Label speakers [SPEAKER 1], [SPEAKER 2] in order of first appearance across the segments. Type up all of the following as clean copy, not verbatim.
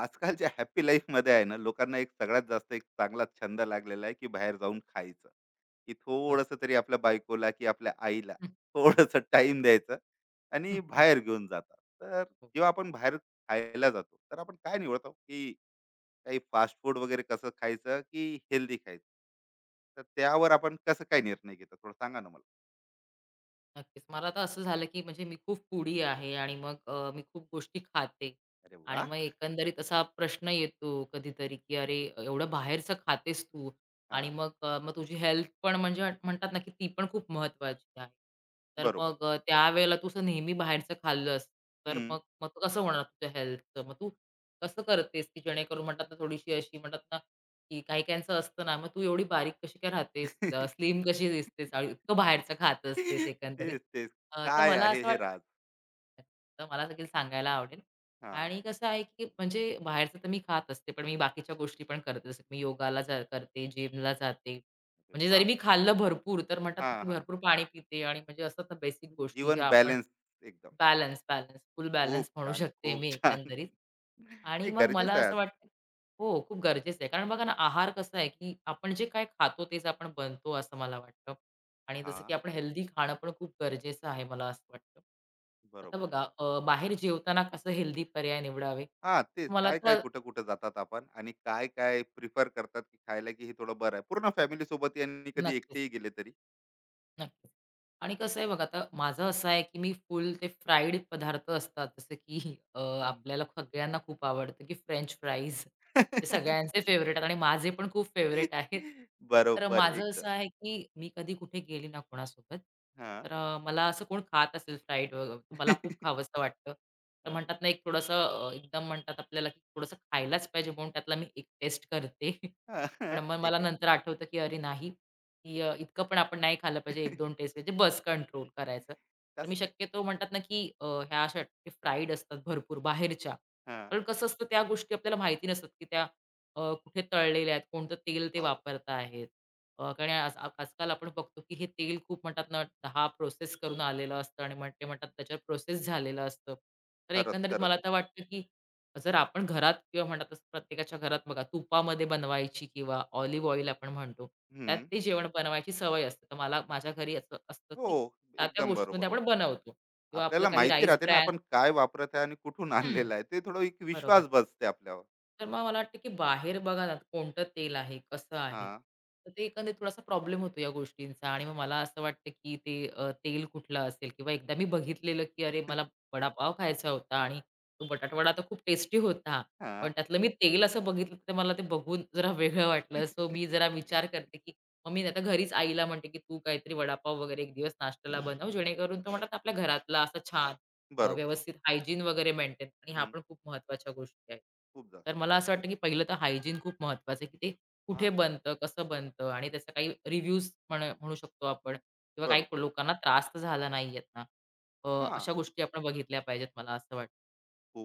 [SPEAKER 1] आजकालच्या हॅपी लाईफमध्ये आहे ना लोकांना एक सगळ्यात जास्त एक चांगला छंद लागलेला आहे की बाहेर जाऊन खायचं की
[SPEAKER 2] बरं.
[SPEAKER 1] थोड़स तरी आपल्या बायकोला की आपल्या आईला
[SPEAKER 2] हं,
[SPEAKER 1] थोड़स टाइम द्यायचं
[SPEAKER 2] हं,
[SPEAKER 1] आणि
[SPEAKER 2] हं.
[SPEAKER 1] बाहेर घेऊन जातात. तर
[SPEAKER 2] हो,
[SPEAKER 1] जेव्हा आपण बाहेर खायला जातो तर आपण काय निवडतो की काही फास्ट फूड वगैरे कसं खायचं की हेल्दी खायचं, तर त्यावर आपण कसं काय निर्णय घेतो थोडं सांगा ना मला.
[SPEAKER 2] नक्कीच. मला तर असं झालं, की म्हणजे मी खूप फूडी आहे आणि मग मी खूप गोष्टी खाते
[SPEAKER 1] अरे
[SPEAKER 2] आणि
[SPEAKER 1] वा.
[SPEAKER 2] मग एकंदरीत असा प्रश्न येतो कधीतरी, की "अरे, एवढं बाहेरचं खातेस तू
[SPEAKER 1] हा.
[SPEAKER 2] आणि मग मग तुझी हेल्थ पण म्हणजे म्हणतात ना, की ती पण खूप महत्त्वाची आहे. तर
[SPEAKER 1] बरोबर.
[SPEAKER 2] मग त्यावेळेला तू असं नेहमी बाहेरचं खाल्लंस, तर मग
[SPEAKER 1] हम्म.
[SPEAKER 2] मग तू कसं होणार तुझ्या हेल्थचं? मग तू कसं करतेस, की जेणेकरून म्हणतात ना, थोडीशी अशी म्हणतात ना की काही-काहींचं असतं ना, "मग तू एवढी बारीक कशी काय राहतेस? स्लिम कशी दिसतेस? आणि इतकं बाहेरचं खात असतेस एकंदरीत."
[SPEAKER 1] तेच तेच.
[SPEAKER 2] तर
[SPEAKER 1] काय
[SPEAKER 2] मला
[SPEAKER 1] आहे
[SPEAKER 2] असं
[SPEAKER 1] हे.
[SPEAKER 2] वाटतं तर मला देखील सांगायला आवडेल
[SPEAKER 1] हां.
[SPEAKER 2] आणि कसं आहे, की म्हणजे बाहेरचं तर मी खात असते, पण मी बाकीच्या गोष्टी पण करते. जसं की मी योगाला जा करते, जिमला जाते.
[SPEAKER 1] अरे
[SPEAKER 2] म्हणजे जरी
[SPEAKER 1] वाह!
[SPEAKER 2] मी खाल्लं भरपूर, तर म्हणतात ना,
[SPEAKER 1] हां,
[SPEAKER 2] की
[SPEAKER 1] हां.
[SPEAKER 2] भरपूर पाणी पिते आणि म्हणजे असतात ना बेसिक
[SPEAKER 1] म्हणजे
[SPEAKER 2] गोष्टी
[SPEAKER 1] जीवन
[SPEAKER 2] ज्या आपण
[SPEAKER 1] बॅलन्स एकदम.
[SPEAKER 2] Balance, balance. फुल बॅलन्स
[SPEAKER 1] खूप
[SPEAKER 2] म्हणू
[SPEAKER 1] छान,
[SPEAKER 2] शकते
[SPEAKER 1] खूप
[SPEAKER 2] मी
[SPEAKER 1] छान.
[SPEAKER 2] एकंदरीत. आणि
[SPEAKER 1] नाही
[SPEAKER 2] मग मला
[SPEAKER 1] गरजेचं आहे.
[SPEAKER 2] असं वाटतं हो, खूप गरजेचं आहे. कारण बघा ना, आहार कसा आहे, की आपण जे काय खातो तेच आपण बनतो असं मला वाटतं. आणि जसं की
[SPEAKER 1] हां,
[SPEAKER 2] आपण हेल्दी खाणं पण खूप गरजेचं आहे मला असं वाटतं. आता
[SPEAKER 1] बरोबर.
[SPEAKER 2] बघा बाहेर जेवताना कसं हेल्दी पर्याय निवडावे?
[SPEAKER 1] हां, तेच
[SPEAKER 2] मला
[SPEAKER 1] काय-काय,
[SPEAKER 2] तर
[SPEAKER 1] कुठं-कुठं जातात आपण आणि काय-काय प्रिफर करतात की खायला, की हे थोडं बरं आहे. पूर्ण फॅमिली सोबत आणि कधी
[SPEAKER 2] नक्कीच.
[SPEAKER 1] एकटेही गेले तरी.
[SPEAKER 2] नक्कीच. आणि कसं आहे बघा आता माझं असं आहे, की मी फुल ते फ्राईड पदार्थ असतात जसं की आपल्याला सगळ्यांना खूप आवडतं, की फ्रेंच फ्राईज ते सगळ्यांचे फेव्हरेट आहेत आणि माझे पण खूप फेव्हरेट आहेत. तर
[SPEAKER 1] बरोबर
[SPEAKER 2] माझं
[SPEAKER 1] एकदम.
[SPEAKER 2] असं आहे, की मी कधी कुठे गेली ना कोणासोबत,
[SPEAKER 1] हां.
[SPEAKER 2] तर मला असं कोण खात असेल फ्राईड वगैरे मला खूप खावंसं वाटतं. तर
[SPEAKER 1] हां. हां.
[SPEAKER 2] म्हणतात ना एक थोडंसं एकदम म्हणतात आपल्याला, की थोडंसं खायलाच पाहिजे म्हणून त्यातला मी एक टेस्ट करते. पण मग मला
[SPEAKER 1] एक.
[SPEAKER 2] नंतर आठवतं, की अरे नाही की इतकं पण आपण नाही खाल्लं पाहिजे, 1-2 टेस्ट म्हणजे बस कंट्रोल करायचं. तर मी
[SPEAKER 1] कसं काय?
[SPEAKER 2] शक्यतो म्हणतात ना, की ह्या अशा फ्राईड असतात भरपूर बाहेरच्या.
[SPEAKER 1] हां.
[SPEAKER 2] कारण कसं असतं त्या गोष्टी आपल्याला माहिती नसतात, की त्या कुठे तळलेल्या आहेत, कोणतं तेल ते
[SPEAKER 1] हो.
[SPEAKER 2] वापरत आहेत. कारण आज आजकाल आपण बघतो, की हे तेल खूप म्हणतात ना, 10 प्रोसेस करून आलेलं असतं आणि मग ते म्हणतात त्याच्यावर प्रोसेस झालेलं असतं. तर
[SPEAKER 1] खरंच,
[SPEAKER 2] एकंदरीत
[SPEAKER 1] खरंच.
[SPEAKER 2] मला तर वाटतं, की जर आपण घरात किंवा म्हणतात तसं प्रत्येकाच्या घरात बघा तुपामध्ये बनवायची किंवा ऑलिव्ह ऑइल आपण म्हणतो, त्यात
[SPEAKER 1] हं.
[SPEAKER 2] ते जेवण बनवायची सवय असते. तर मला माझ्या घरी असं असतं,
[SPEAKER 1] हो,
[SPEAKER 2] की त्या-त्या
[SPEAKER 1] एकदम
[SPEAKER 2] गोष्टींमध्ये
[SPEAKER 1] बरोबर.
[SPEAKER 2] आपण बनवतो किंवा आपलं
[SPEAKER 1] आपल्याला
[SPEAKER 2] काही
[SPEAKER 1] माहिती
[SPEAKER 2] राईस
[SPEAKER 1] राहते ना
[SPEAKER 2] ब्रॅन
[SPEAKER 1] आपण काय वापरत आहे आणि कुठून
[SPEAKER 2] हं,
[SPEAKER 1] आणलेलं आहे, ते थोडं एक
[SPEAKER 2] बरोबर.
[SPEAKER 1] विश्वास बसते आपल्यावर.
[SPEAKER 2] तर मग मला वाटतं की बाहेर बघा ना कोणतं तेल आहे, कसं आहे.
[SPEAKER 1] हा.
[SPEAKER 2] तर ते एकंदरीत थोडासा प्रॉब्लेम होतो या गोष्टींचा आणि मग मला असं वाटतं की ते तेल कुठलं असेल किंवा एकदा मी बघितलेलं की अरे मला वडापाव खायचा होता आणि तो बटाटावडा तर खूप टेस्टी होता. पण
[SPEAKER 1] हा.
[SPEAKER 2] त्यातलं मी तेल असं बघितलं तर मला ते बघून जरा वेगळं वाटलं. सो मी जरा विचार करते की मग मी आता घरीच आईला म्हणते की तू काहीतरी वडापाव वगैरे एक दिवस नाश्त्याला बनव जेणेकरून तो म्हणतात आपल्या घरातला असा छान
[SPEAKER 1] बरोबर.
[SPEAKER 2] व्यवस्थित हायजीन वगैरे मेंटेन आणि ह्या
[SPEAKER 1] हम्म,
[SPEAKER 2] पण खूप महत्त्वाच्या गोष्टी आहेत.
[SPEAKER 1] खूप जास्त.
[SPEAKER 2] तर मला असं वाटतं, की पहिलं तर हायजीन खूप महत्त्वाचं आहे, की ते
[SPEAKER 1] हा.
[SPEAKER 2] कुठे बनतं, कसं बनतं आणि त्याचा काही रिव्ह्यूज म्हणू शकतो आपण
[SPEAKER 1] हम्म,
[SPEAKER 2] किंवा काही
[SPEAKER 1] बरोबर.
[SPEAKER 2] लोकांना त्रास तर झाला नाहीयेत ना. अ,
[SPEAKER 1] हा.
[SPEAKER 2] अशा गोष्टी आपण बघितल्या पाहिजेत मला असं वाटतं.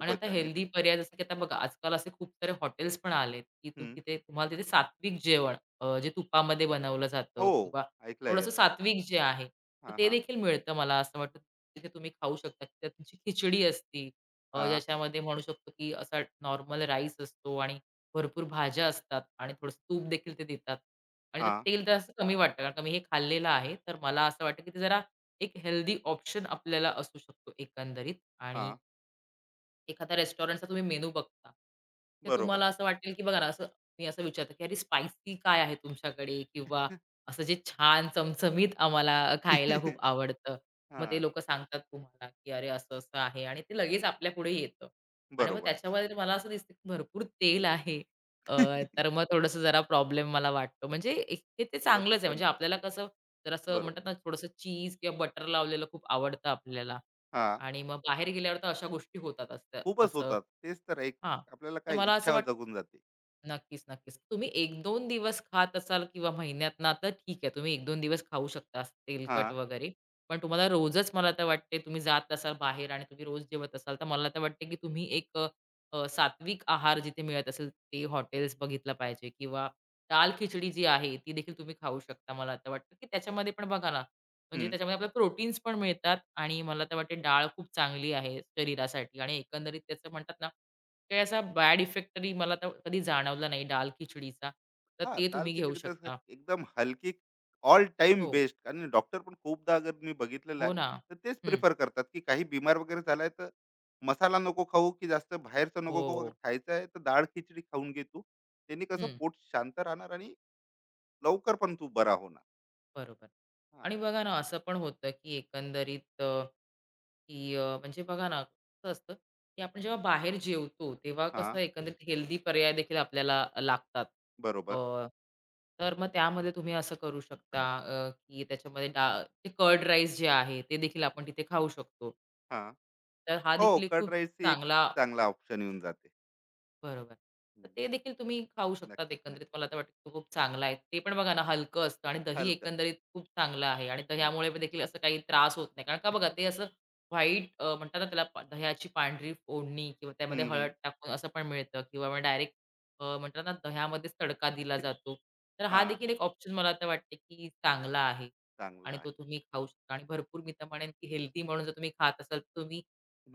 [SPEAKER 2] आणि आता
[SPEAKER 1] छान इथे.
[SPEAKER 2] हेल्दी पर्याय जसं की आता बघा आजकाल असे खूप सारे हॉटेल्स पण आलेत, की तुम्ही
[SPEAKER 1] हम्म,
[SPEAKER 2] तिथे तुम्हाला तिथे सात्विक जेवण जे तुपामध्ये बनवलं जातं
[SPEAKER 1] हो.
[SPEAKER 2] किंवा
[SPEAKER 1] ऐकलंय
[SPEAKER 2] थोडंसं
[SPEAKER 1] असं.
[SPEAKER 2] सात्विक जे आहे, तर
[SPEAKER 1] हा
[SPEAKER 2] ते
[SPEAKER 1] हा.
[SPEAKER 2] देखील मिळतं मला असं वाटतं. तिथे तुम्ही खाऊ शकता. त्यात तुमची खिचडी असती
[SPEAKER 1] हा.
[SPEAKER 2] ज्याच्यामध्ये म्हणू शकतो, की असा नॉर्मल राईस असतो आणि भरपूर भाज्या असतात आणि थोडंसं तूप देखील ते देतात आणि त्यात
[SPEAKER 1] हा.
[SPEAKER 2] तेल तर असं कमी वाटतं कारण का मी हे खाल्लेलं आहे. तर मला असं वाटतं, की ते जरा एक हेल्दी ऑप्शन आपल्याला असू शकतो एकंदरीत
[SPEAKER 1] हा.
[SPEAKER 2] आणि एखाद्या रेस्टॉरंटचा तुम्ही मेनू बघता, ते
[SPEAKER 1] बरोबर.
[SPEAKER 2] तुम्हाला असं वाटेल, की बघा ना, असं मी असं विचारते, की "अरे स्पायसी काय आहे तुमच्याकडे?" किंवा असं जे छान चमचमीत आम्हाला खायला खूप आवडतं.
[SPEAKER 1] हा.
[SPEAKER 2] मग ते लोकं सांगतात तुम्हाला, की "अरे असं-असं आहे" आणि ते लगेच आपल्यापुढे येतं. आणि मग
[SPEAKER 1] बरोबर.
[SPEAKER 2] त्याच्यामध्ये मला असं दिसतं, की भरपूर तेल आहे. अ, तर मग थोडंसं जरा प्रॉब्लेम मला वाटतो. म्हणजे एक हे ते
[SPEAKER 1] थोडस
[SPEAKER 2] चांगलंच आहे. म्हणजे
[SPEAKER 1] कंट्रोल.
[SPEAKER 2] आपल्याला कसं जरासं
[SPEAKER 1] बरोबर.
[SPEAKER 2] म्हणतात ना, थोडंसं चीज किंवा बटर लावलेलं खूप आवडतं आपल्याला.
[SPEAKER 1] हा.
[SPEAKER 2] आणि मग बाहेर गेल्यावर तर अशा गोष्टी होतात असं
[SPEAKER 1] खूपच
[SPEAKER 2] असं.
[SPEAKER 1] होतात तेच तर एक.
[SPEAKER 2] हां,
[SPEAKER 1] आपल्याला
[SPEAKER 2] तर
[SPEAKER 1] काय
[SPEAKER 2] मला असं
[SPEAKER 1] इच्छा
[SPEAKER 2] वाटतं
[SPEAKER 1] जगून जाते.
[SPEAKER 2] नक्कीच, नक्कीच. तुम्ही 1-2 दिवस खात असाल किंवा महिन्यातनं तर ठीक आहे, तुम्ही 1-2 दिवस खाऊ शकता असं
[SPEAKER 1] हा.
[SPEAKER 2] तेलकट वगैरे. पण तुम्हाला रोजच मला तर वाटते तुम्ही जात असाल बाहेर आणि तुम्ही रोज जेवत असाल, तर मला तर वाटते की तुम्ही एक अ, अ, सात्विक आहार जिथे मिळत असेल ते हॉटेल्स बघितलं पाहिजे किंवा दाल-खिचडी जी आहे ती देखील तुम्ही खाऊ शकता. मला तर वाटतं की त्याच्यामध्ये पण बघा ना, म्हणजे त्याच्यामध्ये आपल्याला प्रोटीन्स पण मिळतात आणि मला तर वाटते डाळ खूप चांगली आहे शरीरासाठी आणि एकंदरीत त्याचं म्हणतात ना काही असा बॅड इफेक्ट तरी मला तर कधी जाणवला नाही दाल खिचडीचा. तर
[SPEAKER 1] हां,
[SPEAKER 2] ते तुम्ही घेऊ
[SPEAKER 1] दाल-खिचडी तर
[SPEAKER 2] शकता.
[SPEAKER 1] एकदम हलकी. ऑल टाईम
[SPEAKER 2] हो.
[SPEAKER 1] बेस्ट आणि डॉक्टर पण खूपदा अगर मी बघितलेलं
[SPEAKER 2] हो
[SPEAKER 1] आहे,
[SPEAKER 2] ना.
[SPEAKER 1] तर तेच
[SPEAKER 2] हं.
[SPEAKER 1] प्रिफर करतात, की काही बीमार वगैरे झालाय तर मसाला नको खाऊ, की जास्त बाहेरचं नको खाऊ. अगर
[SPEAKER 2] हो.
[SPEAKER 1] खायचं आहे तर डाळ-खिचडी खाऊन घे तू. त्याने कसं
[SPEAKER 2] हं.
[SPEAKER 1] पोट शांत राहणार आणि लवकर पण तू बरा होणार.
[SPEAKER 2] बरोबर.
[SPEAKER 1] हां,
[SPEAKER 2] आणि बघा ना, असं पण होतं, की एकंदरीत की म्हणजे बघा ना, कसं असतं, की आपण जेव्हा बाहेर जेवतो, तेव्हा कसं
[SPEAKER 1] हां,
[SPEAKER 2] एकंदरीत हेल्दी पर्याय देखील आपल्याला लागतात.
[SPEAKER 1] बरोबर.
[SPEAKER 2] अ, तर मग त्यामध्ये तुम्ही असं करू शकता, की त्याच्यामध्ये डाळ ते कर्ड राईस जे आहे, ते देखील आपण तिथे खाऊ शकतो.
[SPEAKER 1] हां,
[SPEAKER 2] तर हा
[SPEAKER 1] हो.
[SPEAKER 2] देखील एक
[SPEAKER 1] कर्ड
[SPEAKER 2] खूप
[SPEAKER 1] राईस एक
[SPEAKER 2] चांगला
[SPEAKER 1] चांगला ऑप्शन येऊन जाते.
[SPEAKER 2] बरोबर. तर
[SPEAKER 1] हं,
[SPEAKER 2] ते देखील तुम्ही खाऊ शकतात
[SPEAKER 1] नक्कीच,
[SPEAKER 2] एकंदरीत.
[SPEAKER 1] नक्की.
[SPEAKER 2] मला तर वाटतं की तो खूप चांगला आहे. ते पण बघा ना हलकं असतं आणि दही
[SPEAKER 1] हलकं.
[SPEAKER 2] एकंदरीत खूप चांगलं आहे आणि
[SPEAKER 1] नक्की.
[SPEAKER 2] दह्यामुळे पण देखील असं काही त्रास होत नाही. कारण का बघा ते असं व्हाईट म्हणतात ना त्याला दह्याची पांढरी फोडणी किंवा त्यामध्ये
[SPEAKER 1] हं,
[SPEAKER 2] हळद
[SPEAKER 1] हं.
[SPEAKER 2] टाकून असं पण मिळतं किंवा डायरेक्ट म्हणतात ना दह्यामध्येच तडका दिला जातो. तर हा
[SPEAKER 1] हां,
[SPEAKER 2] देखील एक ऑप्शन मला तर वाटते की चांगला आहे
[SPEAKER 1] चांगला
[SPEAKER 2] आणि तो
[SPEAKER 1] आहे.
[SPEAKER 2] तुम्ही खाऊ शकता आणि भरपूर मी तर म्हणेन की हेल्दी म्हणून जर तुम्ही खात असाल तर तुम्ही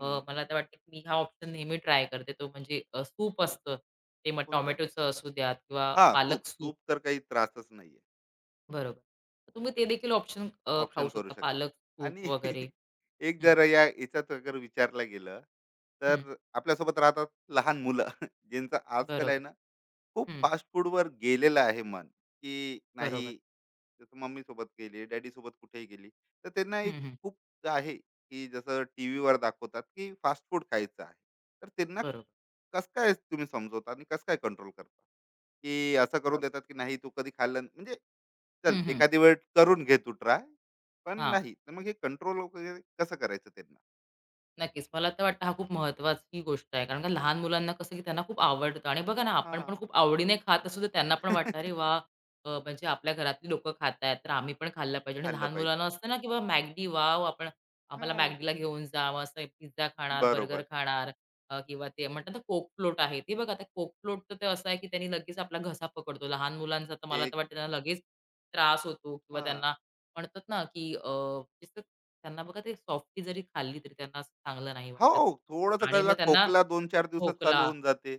[SPEAKER 2] मला तर वाटतं की मी हा ऑप्शन नेहमी ट्राय करते. तो म्हणजे सूप असतं. ते मग
[SPEAKER 1] कोणता?
[SPEAKER 2] टोमॅटोचं असू द्यात किंवा
[SPEAKER 1] हां, सूप.
[SPEAKER 2] पालक सूप.
[SPEAKER 1] सूप तर काही त्रासच नाहीये.
[SPEAKER 2] बरोबर. तर तुम्ही ते देखील ऑप्शन खाऊ
[SPEAKER 1] ऑप्शन करू
[SPEAKER 2] शकता.
[SPEAKER 1] शकता.
[SPEAKER 2] पालक
[SPEAKER 1] आणि
[SPEAKER 2] सूप वगैरे.
[SPEAKER 1] एक
[SPEAKER 2] हं,
[SPEAKER 1] जर या याच्यात अगर विचारलं गेलं,
[SPEAKER 2] हं.
[SPEAKER 1] तर आपल्यासोबत राहतात लहान मुलं, ज्यांचं आजकाल आहे
[SPEAKER 2] बरोबर.
[SPEAKER 1] ना, खूप
[SPEAKER 2] हं,
[SPEAKER 1] फास्ट फूडवर गेलेलं आहे मन, की
[SPEAKER 2] बरोबर.
[SPEAKER 1] नाही, जसं मम्मीसोबत गेली, डॅडीसोबत कुठेही गेली, तर त्यांना एक
[SPEAKER 2] हं, हं.
[SPEAKER 1] खूप आहे, की जसं टीव्हीवर दाखवतात, की फास्ट फूड खायचं आहे. तर त्यांना
[SPEAKER 2] बरोबर,
[SPEAKER 1] कसं काय तुम्ही समजवता आणि कसं काय कंट्रोल करता? की असं करून
[SPEAKER 2] बरोबर.
[SPEAKER 1] देतात, की नाही तू कधी खाल्लं न- म्हणजे चल
[SPEAKER 2] हं, हं.
[SPEAKER 1] एखादी वेळ करून घे तू ट्राय. पण
[SPEAKER 2] हां.
[SPEAKER 1] नाही, तर मग हे कंट्रोल वगैरे कसं करायचं त्यांना?
[SPEAKER 2] नक्कीच. मला तर वाटतं हा खूप महत्त्वाची गोष्ट आहे. कारण का लहान मुलांना कसं, की त्यांना खूप आवडतं आणि बघा ना, आपण
[SPEAKER 1] हां.
[SPEAKER 2] पण खूप आवडीने खात असू, तर त्यांना पण वाटतं, "अरे वाह! म्हणजे आपल्या घरातली लोकं खातायत, तर आम्ही पण खाल्लं पाहिजे." आणि
[SPEAKER 1] खाल्लं
[SPEAKER 2] लहान
[SPEAKER 1] पाहिजे.
[SPEAKER 2] मुलांना असतं ना, की बाबा मॅगडी वॉव! आपण आम्हाला
[SPEAKER 1] हां.
[SPEAKER 2] मॅगडीला घेऊन जा. मग असं पिझ्झा खाणार, बर्गर
[SPEAKER 1] बरोबर.
[SPEAKER 2] खाणार किंवा ते म्हणतात ना, कोक फ्लोट आहे. ते बघा, ते कोक फ्लोट तर ते असं आहे, की त्यांनी लगेच आपला घसा पकडतो. लहान मुलांचा तर मला तर
[SPEAKER 1] एक.
[SPEAKER 2] वाटतं त्यांना लगेच त्रास होतो किंवा
[SPEAKER 1] हां.
[SPEAKER 2] त्यांना म्हणतात ना, की त्यांना बघा ते सॉफ्टी जरी खाल्ली तरी त्यांना असं चांगलं नाही
[SPEAKER 1] हो,
[SPEAKER 2] वाटत.
[SPEAKER 1] थोडंसं
[SPEAKER 2] आणि मग
[SPEAKER 1] गळा
[SPEAKER 2] त्यांना
[SPEAKER 1] खोकला 2-4 दिवसात चालू
[SPEAKER 2] खोकला
[SPEAKER 1] होऊन जाते.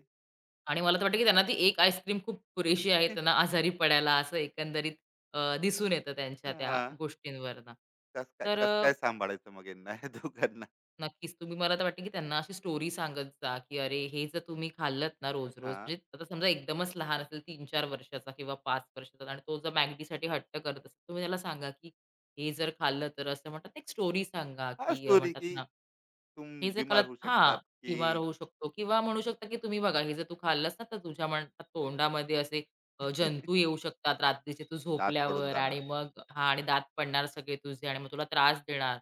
[SPEAKER 2] आणि मला तर वाटतं, की त्यांना ती एक आईस्क्रीम खूप पुरेशी आहे त्यांना आजारी पडायला असं एकंदरीत दिसून येतं त्यांच्या त्या
[SPEAKER 1] हां,
[SPEAKER 2] गोष्टींवरनं.
[SPEAKER 1] कसं काय
[SPEAKER 2] तर
[SPEAKER 1] कसं काय सांभाळायचं मग यांना या दोघांना?
[SPEAKER 2] नक्कीच. तुम्ही मला तर वाटतं, की त्यांना अशी स्टोरी सांगत जा, की अरे हे जर तुम्ही खाल्लत ना रोज-रोज
[SPEAKER 1] हां,
[SPEAKER 2] म्हणजे आता समजा एकदमच लहान असेल 3-4 वर्षाचा किंवा 5 वर्षाचा आणि तो जर मॅगीसाठी हट्ट करत असेल, तुम्ही त्याला सांगा, की हे जर खाल्लं तर असं म्हणतात ना, एक स्टोरी सांगा,
[SPEAKER 1] हा
[SPEAKER 2] की
[SPEAKER 1] स्टोरी
[SPEAKER 2] म्हणतात
[SPEAKER 1] की
[SPEAKER 2] ना,
[SPEAKER 1] तुम
[SPEAKER 2] हे जर
[SPEAKER 1] बिमार
[SPEAKER 2] खाल्लत
[SPEAKER 1] होऊ
[SPEAKER 2] हां,
[SPEAKER 1] शकतात, की
[SPEAKER 2] बिमार होऊ शकतो किंवा म्हणू शकता, की तुम्ही बघा हे जर तू खाल्लस ना, तर तुझ्या म्हणतात तोंडामध्ये असे जंतू येऊ शकतात रात्रीचे तू
[SPEAKER 1] दात पडून
[SPEAKER 2] झोपल्यावर आणि
[SPEAKER 1] जाणार.
[SPEAKER 2] मग हां आणि दात पडणार सगळे तुझे आणि मग तुला त्रास देणार.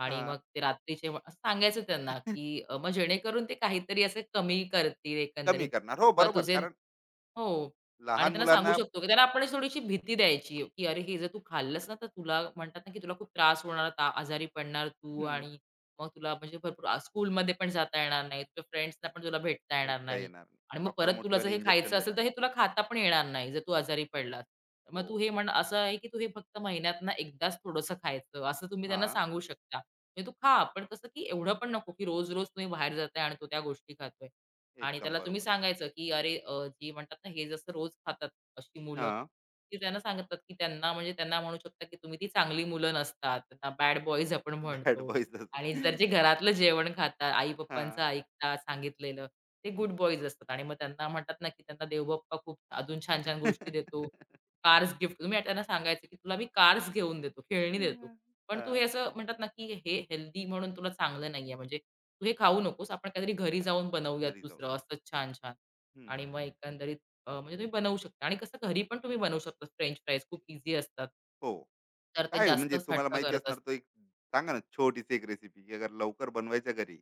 [SPEAKER 2] आणि मग
[SPEAKER 1] हां,
[SPEAKER 2] ते रात्रीचे असं सांगायचं त्यांना, की मग जेणेकरून ते काहीतरी असे कमी करतील
[SPEAKER 1] कमी
[SPEAKER 2] एकंदरीत
[SPEAKER 1] करणार. हो,
[SPEAKER 2] किंवा
[SPEAKER 1] बरोबर.
[SPEAKER 2] तुझे
[SPEAKER 1] कारण
[SPEAKER 2] हो. आणि
[SPEAKER 1] लहान
[SPEAKER 2] त्यांना सांगू
[SPEAKER 1] मुलांना
[SPEAKER 2] शकतो, की त्याला आपण अशी थोडीशी भीती द्यायची, की "अरे, हे जर तू खाल्लंस ना, तर तुला म्हणतात ना, की तुला खूप त्रास होणार, आजारी पडणार तू आणि मग तुला म्हणजे भरपूर स्कूलमध्ये पण जाता येणार नाही. तुझ्या फ्रेंड्सना पण तुला भेटता येणार
[SPEAKER 1] भेटता
[SPEAKER 2] नाही.
[SPEAKER 1] येणार नाही.
[SPEAKER 2] आणि मग
[SPEAKER 1] डॉक्टर
[SPEAKER 2] परत तुला जर
[SPEAKER 1] मोठीवाली
[SPEAKER 2] हे
[SPEAKER 1] इंजेक्शन
[SPEAKER 2] खायचं असेल,
[SPEAKER 1] देणार.
[SPEAKER 2] तर हे तुला खाता पण येणार नाही, जर तू आजारी पडलास. तर मग
[SPEAKER 1] हो.
[SPEAKER 2] तू हे म्हण असं आहे, की तू हे फक्त महिन्यातनं एकदाच थोडंसं खायचं." असं तुम्ही
[SPEAKER 1] हा.
[SPEAKER 2] त्यांना सांगू शकता. म्हणजे तू खा, पण कसं, की एवढं पण नको, की रोज-रोज तुम्ही बाहेर जाताय आणि तो त्या गोष्टी खातोय. आणि
[SPEAKER 1] एकदम
[SPEAKER 2] त्याला तुम्ही
[SPEAKER 1] बरोबर.
[SPEAKER 2] सांगायचं, की अरे जी म्हणतात ना, हे जसं रोज खातात अशी मुलं,
[SPEAKER 1] हा.
[SPEAKER 2] की त्यांना सांगतात, की त्यांना म्हणजे त्यांना म्हणू शकता, की तुम्ही ती चांगली मुलं नसतात. त्यांना बॅड बॉयज आपण
[SPEAKER 1] बॅड
[SPEAKER 2] म्हणतो.
[SPEAKER 1] बॉईज
[SPEAKER 2] आणि जर जे
[SPEAKER 1] जसं.
[SPEAKER 2] घरातलं जेवण खातात,
[SPEAKER 1] हा हा,
[SPEAKER 2] आई-पप्पांचं ऐकतात सांगितलेलं, ते गुड बॉयज असतात आणि मग त्यांना म्हणतात ना, की त्यांना देवबाप्पा खूप अजून छान-छान गोष्टी देतो. कार्स गिफ्ट तुम्ही त्यांना सांगायचं, की तुला मी कार्स घेऊन देतो, खेळणी देतो. पण
[SPEAKER 1] हा.
[SPEAKER 2] तू हे असं म्हणतात ना, की हे हेल्दी म्हणून तुला चांगलं नाहीये म्हणजे तू हे खाऊ नकोस, आपण काहीतरी घरी जाऊन बनवूयात
[SPEAKER 1] घरी जाऊन
[SPEAKER 2] दुसरं
[SPEAKER 1] खा.
[SPEAKER 2] असंच छान-छान.
[SPEAKER 1] हम्म,
[SPEAKER 2] आणि मग एकंदरीत म्हणजे तुम्ही बनवू शकता आणि कसं घरी पण तुम्ही बनवू शकता फ्रेंच फ्राईज खूप इझी असतात.
[SPEAKER 1] हो.
[SPEAKER 2] तर ते
[SPEAKER 1] काय
[SPEAKER 2] जास्त
[SPEAKER 1] म्हणजे
[SPEAKER 2] हट्ट
[SPEAKER 1] तुम्हाला माहिती
[SPEAKER 2] करत
[SPEAKER 1] असणार
[SPEAKER 2] असतात.
[SPEAKER 1] तो एक. सांगा ना छोटीशी एक रेसिपी अगर लवकर बनवायच्या घरी,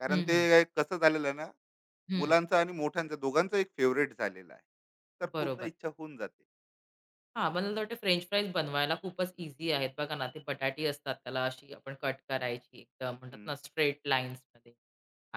[SPEAKER 1] कारण
[SPEAKER 2] हं,
[SPEAKER 1] ते
[SPEAKER 2] हं.
[SPEAKER 1] एक कसं झालेलं आहे ना,
[SPEAKER 2] हं.
[SPEAKER 1] मुलांचं आणि मोठ्यांचं दोघांचं एक फेवरेट झालेलं आहे, तर खूपदा
[SPEAKER 2] बरोबर.
[SPEAKER 1] इच्छा होऊन जाते.
[SPEAKER 2] हां, मला असं वाटतं फ्रेंच फ्राईज बनवायला खूपच ईझी आहेत. बघा ना, ते बटाटी असतात, त्याला अशी आपण कट करायची एकदम म्हणतात
[SPEAKER 1] हम्म,
[SPEAKER 2] ना, स्ट्रेट लाईन्समध्ये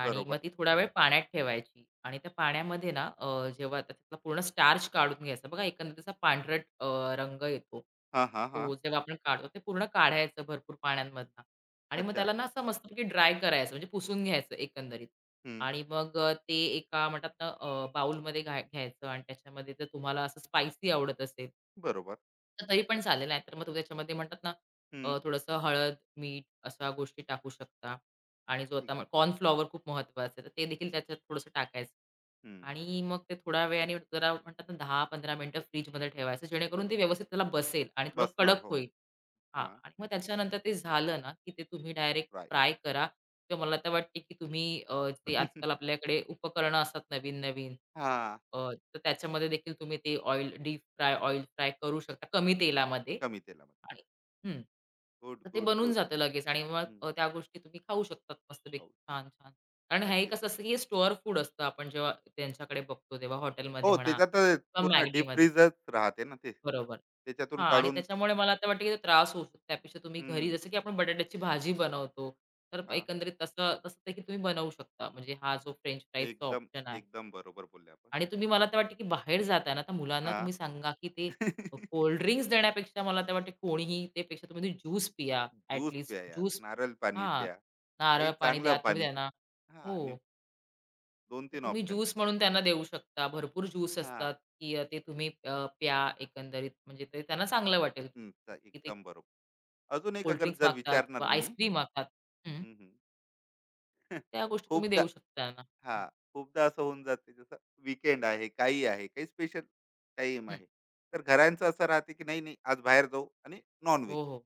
[SPEAKER 2] आणि मग
[SPEAKER 1] बरोबर.
[SPEAKER 2] ती थोडा वेळ पाण्यात ठेवायची आणि त्या पाण्यामध्ये जेव्हा त्याच्यातला पूर्ण स्टार्च काढून घ्यायचा. बघा एकंदरीत असा पांढरट रंग येतो.
[SPEAKER 1] हा हा. हा.
[SPEAKER 2] तो जेव्हा आपण काढतो, ते पूर्ण काढायचं भरपूर पाण्यांमधनं आणि मग
[SPEAKER 1] अच्छा.
[SPEAKER 2] त्याला ना असं मस्तपैकी ड्राय करायचं म्हणजे पुसून घ्यायचं एकंदरीत.
[SPEAKER 1] हम्म,
[SPEAKER 2] आणि मग ते एका म्हणतात ना बाउलमध्ये घाय घ्यायचं आणि त्याच्यामध्ये जर तुम्हाला असं स्पायसी आवडत असेल
[SPEAKER 1] बरोबर.
[SPEAKER 2] तर तरी पण चालेल. नाहीतर मग तुम्ही त्याच्यामध्ये म्हणतात ना
[SPEAKER 1] हम्म,
[SPEAKER 2] थोडंसं हळद, मीठ अशा गोष्टी टाकू शकता. आणि जो आता मग
[SPEAKER 1] एकदम.
[SPEAKER 2] कॉर्नफ्लॉवर खूप महत्त्वाचं आहे. तर ते देखील त्याच्यात थोडंसं टाकायचं.
[SPEAKER 1] हम्म.
[SPEAKER 2] आणि मग ते थोड्या वेळाने जरा म्हणतात ना 10-15 मिनिटं फ्रिजमध्ये ठेवायचं जेणेकरून ते व्यवस्थित त्याला बसेल आणि थोडं
[SPEAKER 1] बसणार
[SPEAKER 2] कडक
[SPEAKER 1] हो.
[SPEAKER 2] होईल. हां.
[SPEAKER 1] हां,
[SPEAKER 2] आणि मग त्याच्यानंतर ते झालं ना, की ते तुम्ही डायरेक्ट
[SPEAKER 1] फ्राय.
[SPEAKER 2] फ्राय करा किंवा मला तर वाटते, की तुम्ही ते आजकाल आपल्याकडे उपकरणं असतात नवीन-नवीन.
[SPEAKER 1] हां,
[SPEAKER 2] अ, तर त्याच्यामध्ये देखील तुम्ही ते oil deep fry, oil fry करू शकता कमी तेलामध्ये
[SPEAKER 1] कमी तेलामध्ये.
[SPEAKER 2] आणि हं.
[SPEAKER 1] गुड,
[SPEAKER 2] तर ते
[SPEAKER 1] गुड,
[SPEAKER 2] बनून
[SPEAKER 1] गुड.
[SPEAKER 2] जातं लगेच आणि मग
[SPEAKER 1] हं,
[SPEAKER 2] त्या गोष्टी तुम्ही खाऊ शकतात मस्तपैकी
[SPEAKER 1] हो,
[SPEAKER 2] छान-छान. कारण हे
[SPEAKER 1] नक्कीच.
[SPEAKER 2] कसं असतं, की हे स्टोअर फूड असतं आपण जेव्हा त्यांच्याकडे बघतो तेव्हा हॉटेलमध्ये
[SPEAKER 1] हो,
[SPEAKER 2] म्हणा
[SPEAKER 1] त्याच्यात
[SPEAKER 2] किंवा
[SPEAKER 1] पूर्ण डीप
[SPEAKER 2] Maggiमध्ये.
[SPEAKER 1] फ्रीजच राहते ना ते.
[SPEAKER 2] बरोबर.
[SPEAKER 1] त्याच्यातून
[SPEAKER 2] हां आणि
[SPEAKER 1] काढून.
[SPEAKER 2] त्याच्यामुळे मला आता वाटतं की तो त्रास होऊ शकतो. त्यापेक्षा तुम्ही घरी
[SPEAKER 1] हं,
[SPEAKER 2] जसं की आपण बटाट्याची भाजी बनवतो, तर
[SPEAKER 1] हां.
[SPEAKER 2] एकंदरीत तसं तसं ते की तुम्ही बनवू शकता. म्हणजे हा जो फ्रेंच फ्राईजचा
[SPEAKER 1] एकदम,
[SPEAKER 2] ऑप्शन आहे
[SPEAKER 1] एकदम बरोबर बोलले आपण.
[SPEAKER 2] आणि तुम्ही मला तर वाटतं की बाहेर जाताना तर मुलांना
[SPEAKER 1] हां.
[SPEAKER 2] तुम्ही सांगा की ते कोल्ड ड्रिंक्स देण्यापेक्षा मला तर वाटतं कोणीही त्यापेक्षा तुम्ही ज्यूस पिया ॲट
[SPEAKER 1] ज्यूस प्या यार,
[SPEAKER 2] ज्यूस
[SPEAKER 1] नारळ पाणी
[SPEAKER 2] हां,
[SPEAKER 1] प्या,
[SPEAKER 2] नारळ
[SPEAKER 1] काही
[SPEAKER 2] पाणी
[SPEAKER 1] चांगलं
[SPEAKER 2] द्या तुम्ही
[SPEAKER 1] पाणी.
[SPEAKER 2] त्यांना.
[SPEAKER 1] हां, आणि
[SPEAKER 2] हो, तर
[SPEAKER 1] 2-3
[SPEAKER 2] तुम्ही
[SPEAKER 1] ऑप्शन.
[SPEAKER 2] ज्यूस म्हणून त्यांना देऊ शकता. भरपूर ज्यूस
[SPEAKER 1] हां,
[SPEAKER 2] असतात की ते तुम्ही प्या एकंदरीत म्हणजे ते त्यांना चांगलं वाटेल
[SPEAKER 1] हं,
[SPEAKER 2] की की ते
[SPEAKER 1] एकदम बरोबर. अजून एक अगर
[SPEAKER 2] कोल्डड्रिंक्स
[SPEAKER 1] जर
[SPEAKER 2] मागतात
[SPEAKER 1] विचारणार
[SPEAKER 2] किंवा
[SPEAKER 1] मी.
[SPEAKER 2] आईस्क्रीम मागतात. हं.
[SPEAKER 1] हं, हं.
[SPEAKER 2] त्या गोष्टी तुम्ही
[SPEAKER 1] खूपदा.
[SPEAKER 2] देऊ शकता त्यांना.
[SPEAKER 1] हा.
[SPEAKER 2] हं,
[SPEAKER 1] खूपदा असं होऊन जाते जसं वीकेंड आहे, काही आहे काही स्पेशल टाइम
[SPEAKER 2] हं.
[SPEAKER 1] आहे, तर घरांचं असं राहते की नाही नाही आज बाहेर जाऊ, आणि नॉनव्हेज,
[SPEAKER 2] हो, हो.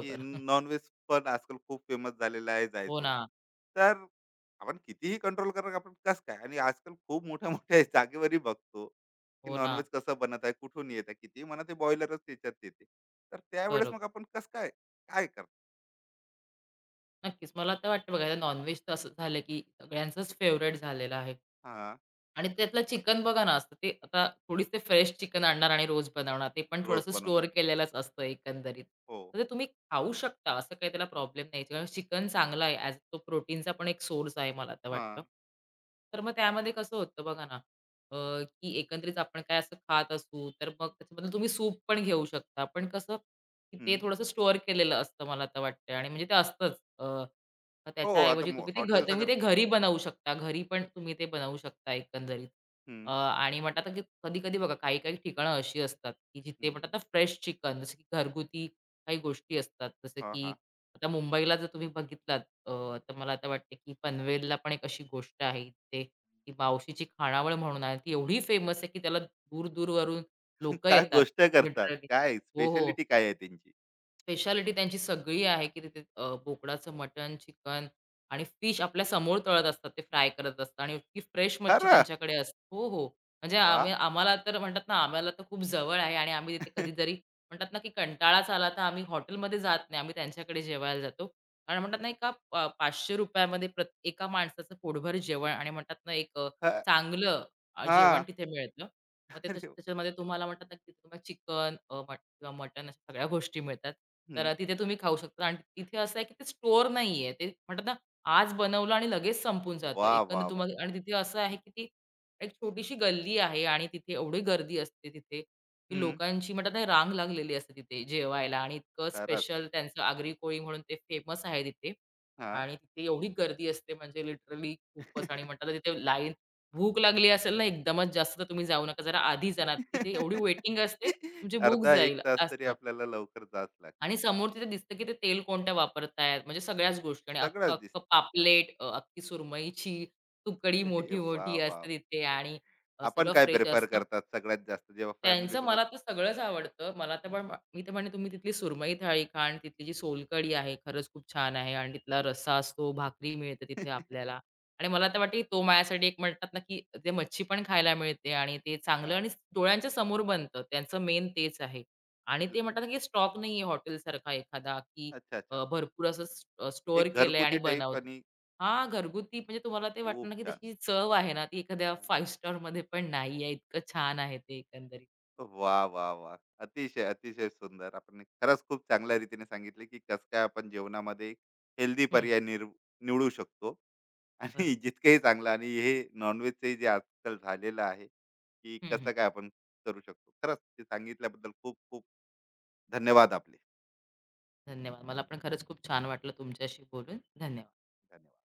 [SPEAKER 1] की नॉनव्हेज पण आजकाल खूप फेमस झालेलं आहे
[SPEAKER 2] हो
[SPEAKER 1] जायचं
[SPEAKER 2] ना,
[SPEAKER 1] वगैरे, तर आपण कितीही कंट्रोल करा आपण कसं काय, आणि आजकाल खूप मोठ्या मोठ्या जागेवरही बघतो की
[SPEAKER 2] हो ना.
[SPEAKER 1] नॉनव्हेज कसं बनत आहे, कुठून येत आहे, कितीही म्हणा ते बॉयलरच त्याच्यात येते. तर त्यावेळेस
[SPEAKER 2] बरोबर.
[SPEAKER 1] मग आपण कसं काय काय करतो?
[SPEAKER 2] नक्कीच. मला तर वाटतं बघा, आता नॉन-व्हेज तर असं झालं की सगळ्यांचंच फेव्हरेट झालेलं आहे.
[SPEAKER 1] हा.
[SPEAKER 2] आणि त्यातलं चिकन बघा ना, असतं ते आता थोडीच फ्रेश चिकन आणणार आणि रोज बनवणार. ते पण
[SPEAKER 1] रोज
[SPEAKER 2] थोडंसं स्टोअर
[SPEAKER 1] बनवणार.
[SPEAKER 2] केलेलंच असतं एकंदरीत.
[SPEAKER 1] हो.
[SPEAKER 2] तर ते तुम्ही खाऊ शकता, असं काही त्याला प्रॉब्लेम नाही. कारण चिकन चांगला आहे ॲज तो प्रोटीनचा पण एक सोर्स आहे मला तर
[SPEAKER 1] हा.
[SPEAKER 2] वाटतं. तर मग त्यामध्ये कसं होतं बघा ना, की एकंदरीत आपण काय असं खात असू, तर मग त्याच्याबद्दल तुम्ही सूप पण घेऊ शकता. पण कसं की ते
[SPEAKER 1] हम्म.
[SPEAKER 2] थोडंसं स्टोअर केलेलं असतं मला तर वाटतंय आणि म्हणजे ते असतंच. अ, मग
[SPEAKER 1] हो आता.
[SPEAKER 2] त्याच्याऐवजी तुम्ही ते
[SPEAKER 1] हॉटेल्स अगर.
[SPEAKER 2] घरी बनवू शकता. घरी पण तुम्ही ते बनवू शकता एकंदरीत.
[SPEAKER 1] हम्म.
[SPEAKER 2] आणि म्हणतात ना, की कधी-कधी बघा काही-काही ठिकाणं अशी असतात, की जिथे
[SPEAKER 1] हं.
[SPEAKER 2] म्हणतात ना फ्रेश चिकन जसं की घरगुती काही गोष्टी असतात. जसं
[SPEAKER 1] हां,
[SPEAKER 2] की
[SPEAKER 1] हां.
[SPEAKER 2] आता मुंबईला जर तुम्ही बघितलात अ, तर मला आता वाटते, की पनवेलला पण एक अशी गोष्ट आहे इथे, की मावशीची खाणावळ म्हणून आहे. ती एवढी फेमस आहे, की त्याला दूर-दूरवरून लोकं
[SPEAKER 1] काय
[SPEAKER 2] येतात
[SPEAKER 1] गोष्ट करतात?
[SPEAKER 2] लिटरली.
[SPEAKER 1] काय
[SPEAKER 2] हो, हो.
[SPEAKER 1] स्पेशालिटी काय आहे त्यांची?
[SPEAKER 2] स्पेशालिटी त्यांची सगळी आहे, की तिथे बोकडाचं मटण, चिकन आणि फिश आपल्या समोर तळत असतात. ते फ्राय करत असतात आणि इतकी फ्रेश मच्छी
[SPEAKER 1] खरं?
[SPEAKER 2] त्यांच्याकडे असते. हो, हो. म्हणजे आम्ही
[SPEAKER 1] वाह!
[SPEAKER 2] आम्हाला तर म्हणतात ना, आम्हाला तर खूप जवळ आहे आणि आम्ही तिथे कधीतरी म्हणतात ना, की कंटाळाच आला तर आम्ही हॉटेलमध्ये जात नाही. आम्ही त्यांच्याकडे जेवायला जातो. कारण म्हणतात ना, एका ₹500 मध्ये प्रत एका माणसाचं पोटभर जेवण आणि म्हणतात ना, एक
[SPEAKER 1] ह.
[SPEAKER 2] चांगलं जेवण
[SPEAKER 1] हां.
[SPEAKER 2] तिथे मिळतं. मग ते
[SPEAKER 1] अरे.
[SPEAKER 2] त्याच्यामध्ये तुम्हाला म्हणतात ना, की तुम्हाला चिकन किंवा मटण अशा सगळ्या गोष्टी मिळतात. तर
[SPEAKER 1] हं.
[SPEAKER 2] तिथे तुम्ही खाऊ शकता आणि तिथे असं आहे की ते स्टोअर नाहीये. ते म्हणतात ना, आज बनवलं आणि लगेच संपून जातं.
[SPEAKER 1] वा, वा,
[SPEAKER 2] एकंदरीत
[SPEAKER 1] वा.
[SPEAKER 2] तुम्हाला आणि तिथे असं आहे की ती एक छोटीशी गल्ली आहे आणि तिथे एवढी गर्दी असते तिथे, की
[SPEAKER 1] हं.
[SPEAKER 2] लोकांची म्हणतात ना रांग लागलेली असते तिथे जेवायला आणि इतकं
[SPEAKER 1] खरंच.
[SPEAKER 2] स्पेशल त्यांचं आगरी कोळी म्हणून ते फेमस आहे तिथे.
[SPEAKER 1] हां.
[SPEAKER 2] आणि तिथे एवढी गर्दी असते म्हणजे लिटरली खूपच आणि म्हणतात ना तिथे लाईन भूक लागली असेल ना एकदमच जास्त तर तुम्ही जाऊ नका. जरा आधी जाणार. तिथे एवढी वेटिंग असते तुमची भूक
[SPEAKER 1] अर्धा 1
[SPEAKER 2] जाईल
[SPEAKER 1] तास तरी
[SPEAKER 2] असं.
[SPEAKER 1] आपल्याला लवकर जावंच
[SPEAKER 2] आणि
[SPEAKER 1] लागते.
[SPEAKER 2] समोर तिथे दिसतं, की ते तेल कोणत्या वापरतायत. म्हणजे सगळ्याच गोष्टी आणि
[SPEAKER 1] सगळंच
[SPEAKER 2] अख्खं-अख्खं
[SPEAKER 1] दिसतं.
[SPEAKER 2] पापलेट, अख्खी सुरमईची तुकडी
[SPEAKER 1] अरे वा,
[SPEAKER 2] मोठी-मोठी
[SPEAKER 1] वा, वा.
[SPEAKER 2] असते तिथे आणि
[SPEAKER 1] आपण
[SPEAKER 2] सगळं
[SPEAKER 1] काय
[SPEAKER 2] फ्रेश
[SPEAKER 1] प्रिफर
[SPEAKER 2] असतं.
[SPEAKER 1] करतात सगळ्यात जास्त जेव्हा
[SPEAKER 2] त्यांचं
[SPEAKER 1] फॅमिलीसोबत?
[SPEAKER 2] मला तर सगळंच आवडतं. मला तर पण मी तर म्हणेन तुम्ही तिथली सुरमई थाळी खा आणि तिथली जी सोलकढी आहे, खरंच खूप छान आहे आणि तिथला रस्सा असतो, भाकरी मिळते तिथे आपल्याला आणि मला तर वाटतं, की तो माझ्यासाठी एक म्हणतात ना, की ते मच्छी पण खायला मिळते आणि ते चांगलं
[SPEAKER 1] हां.
[SPEAKER 2] आणि डोळ्यांच्या समोर बनतं. त्यांचं मेन तेच आहे आणि ते म्हणतात ना, की स्टॉक नाहीये हॉटेलसारखा एखादा, की
[SPEAKER 1] अच्छा, अच्छा.
[SPEAKER 2] भरपूर असं स्टोअर
[SPEAKER 1] एक
[SPEAKER 2] केलंय आणि
[SPEAKER 1] घरगुती टाइप
[SPEAKER 2] बनवतं.
[SPEAKER 1] आणि.
[SPEAKER 2] हां, घरगुती म्हणजे तुम्हाला ते वाटणार,
[SPEAKER 1] खूप
[SPEAKER 2] ना की
[SPEAKER 1] छान.
[SPEAKER 2] त्याची जी चव आहे ना, ती एखाद्या 5 स्टारमध्ये पण नाहीये. इतकं छान आहे ते एकंदरीत.
[SPEAKER 1] वाह! वाह! वाह! अतिशय, अतिशय सुंदर. आपण खरंच खूप चांगल्या रीतीने सांगितले, की कसं काय आपण जेवणामध्ये हेल्दी
[SPEAKER 2] हं,
[SPEAKER 1] पर्याय निवडू शकतो. आणि
[SPEAKER 2] बरोबर.
[SPEAKER 1] जितकंही चांगलं, आणि हे नॉन-व्हेजचंही जे आजकाल झालेलं आहे, की
[SPEAKER 2] हं, हं.
[SPEAKER 1] कसं काय आपण करू शकतो. खरंच ते सांगितल्याबद्दल खूप खूप धन्यवाद आपले.
[SPEAKER 2] धन्यवाद. मला पण खरंच खूप छान वाटलं तुमच्याशी बोलून. धन्यवाद.
[SPEAKER 1] धन्यवाद.